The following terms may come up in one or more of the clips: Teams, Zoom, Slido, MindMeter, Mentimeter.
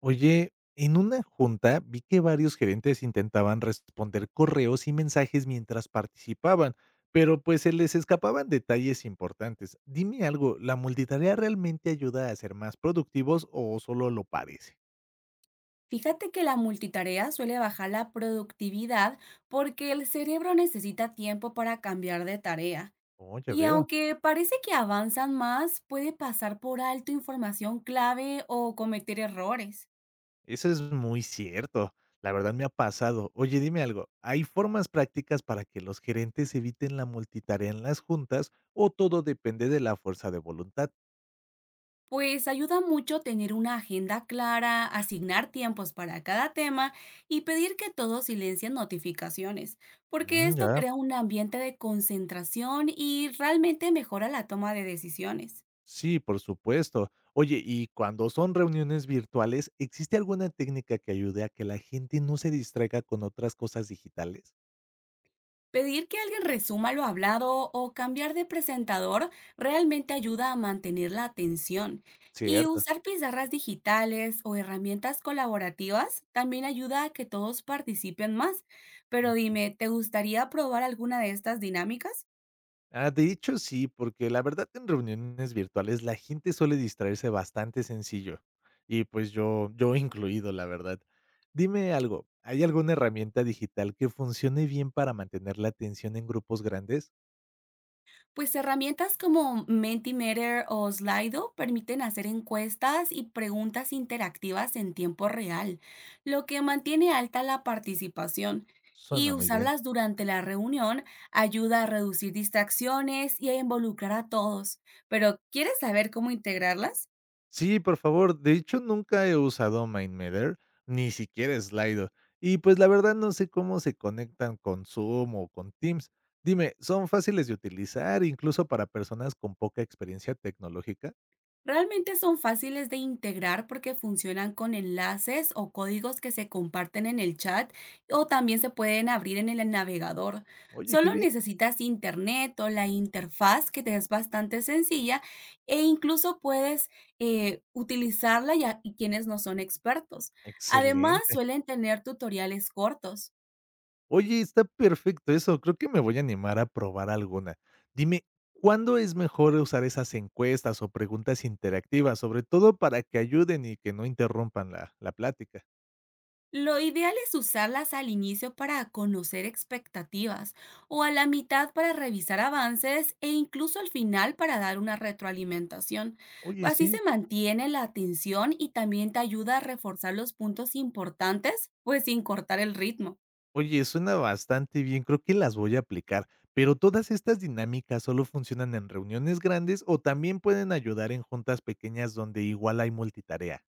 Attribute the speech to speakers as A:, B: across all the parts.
A: Oye, en una junta vi que varios gerentes intentaban responder correos y mensajes mientras participaban, pero pues se les escapaban detalles importantes. Dime algo, ¿la multitarea realmente ayuda a ser más productivos o solo lo parece?
B: Fíjate que la multitarea suele bajar la productividad porque el cerebro necesita tiempo para cambiar de tarea.
A: Oh, ya
B: Y
A: veo.
B: aunque parece que avanzan más, puede pasar por alto información clave o cometer errores.
A: Eso es muy cierto. La verdad me ha pasado. Oye, dime algo, ¿hay formas prácticas para que los gerentes eviten la multitarea en las juntas o todo depende de la fuerza de voluntad?
B: Pues ayuda mucho tener una agenda clara, asignar tiempos para cada tema y pedir que todos silencien notificaciones, porque
A: Mm,
B: esto
A: ya.
B: crea un ambiente de concentración y realmente mejora la toma de decisiones.
A: Sí, por supuesto. Oye, y cuando son reuniones virtuales, ¿existe alguna técnica que ayude a que la gente no se distraiga con otras cosas digitales?
B: Pedir que alguien resuma lo hablado o cambiar de presentador realmente ayuda a mantener la atención. Y
A: Cierto.
B: usar pizarras digitales o herramientas colaborativas también ayuda a que todos participen más. Pero
A: Mm.
B: dime, ¿te gustaría probar alguna de estas dinámicas?
A: Ah, de hecho, sí, porque la verdad en reuniones virtuales la gente suele distraerse bastante sencillo. Y pues yo incluido, la verdad. Dime algo, ¿hay alguna herramienta digital que funcione bien para mantener la atención en grupos grandes?
B: Pues herramientas como Mentimeter o Slido permiten hacer encuestas y preguntas interactivas en tiempo real, lo que mantiene alta la participación.
A: Suena
B: Y
A: muy bien.
B: usarlas durante la reunión ayuda a reducir distracciones y a involucrar a todos. Pero, ¿quieres saber cómo integrarlas?
A: Sí, por favor. De hecho, nunca he usado MindMeter, ni siquiera Slido. Y pues la verdad no sé cómo se conectan con Zoom o con Teams. Dime, ¿son fáciles de utilizar incluso para personas con poca experiencia tecnológica?
B: Realmente son fáciles de integrar porque funcionan con enlaces o códigos que se comparten en el chat o también se pueden abrir en el navegador.
A: Oye, qué
B: Solo
A: bien.
B: necesitas internet o la interfaz que te es bastante sencilla e incluso puedes utilizarla y quienes no son expertos. Además,
A: Excelente.
B: suelen tener tutoriales cortos.
A: Oye, está perfecto eso. Creo que me voy a animar a probar alguna. Dime, ¿cuándo es mejor usar esas encuestas o preguntas interactivas, sobre todo para que ayuden y que no interrumpan la plática?
B: Lo ideal es usarlas al inicio para conocer expectativas o a la mitad para revisar avances e incluso al final para dar una retroalimentación.
A: Oye,
B: Así
A: sí.
B: se mantiene la atención y también te ayuda a reforzar los puntos importantes, pues sin cortar el ritmo.
A: Oye, suena bastante bien, creo que las voy a aplicar, pero ¿todas estas dinámicas solo funcionan en reuniones grandes o también pueden ayudar en juntas pequeñas donde igual hay multitarea?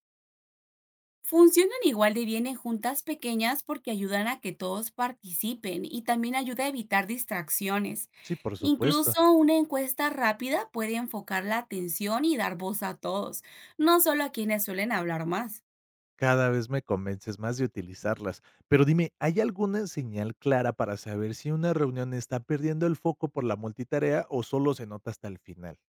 B: Funcionan igual de bien en juntas pequeñas porque ayudan a que todos participen y también ayuda a evitar distracciones.
A: Sí, por supuesto,
B: Incluso una encuesta rápida puede enfocar la atención y dar voz a todos, no solo a quienes suelen hablar más.
A: cada vez me convences más de utilizarlas, pero dime, ¿hay alguna señal clara para saber si una reunión está perdiendo el foco por la multitarea o solo se nota hasta el final?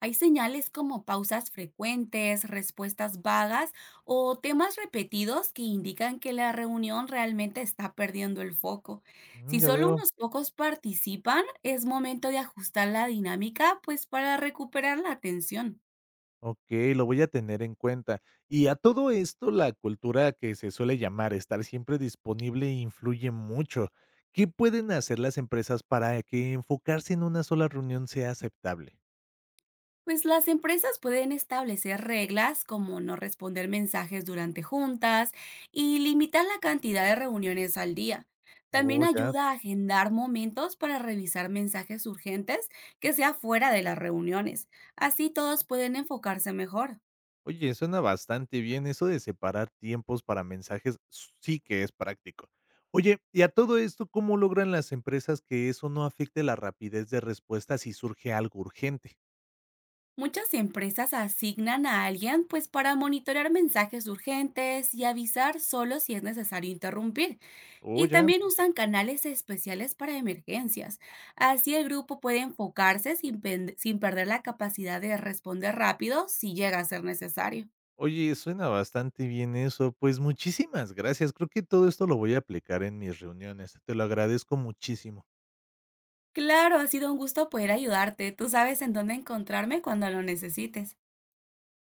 B: Hay señales como pausas frecuentes, respuestas vagas o temas repetidos que indican que la reunión realmente está perdiendo el foco.
A: Mm,
B: Si
A: ya
B: solo
A: veo.
B: unos pocos participan, es momento de ajustar la dinámica, pues para recuperar la atención.
A: Okey, lo voy a tener en cuenta. Y a todo esto, la cultura que se suele llamar estar siempre disponible influye mucho. ¿Qué pueden hacer las empresas para que enfocarse en una sola reunión sea aceptable?
B: Pues las empresas pueden establecer reglas como no responder mensajes durante juntas y limitar la cantidad de reuniones al día. También
A: Oh, ya.
B: ayuda a agendar momentos para revisar mensajes urgentes que sea fuera de las reuniones. Así todos pueden enfocarse mejor.
A: Oye, suena bastante bien eso de separar tiempos para mensajes, sí que es práctico. Oye, y a todo esto, ¿cómo logran las empresas que eso no afecte la rapidez de respuesta si surge algo urgente?
B: Muchas empresas asignan a alguien pues para monitorear mensajes urgentes y avisar solo si es necesario interrumpir.
A: Oh,
B: Y
A: ya.
B: también usan canales especiales para emergencias. Así el grupo puede enfocarse sin, sin perder la capacidad de responder rápido si llega a ser necesario.
A: Oye, suena bastante bien eso. Pues muchísimas gracias. Creo que todo esto lo voy a aplicar en mis reuniones. Te lo agradezco muchísimo.
B: Claro, ha sido un gusto poder ayudarte. Tú sabes en dónde encontrarme cuando lo necesites.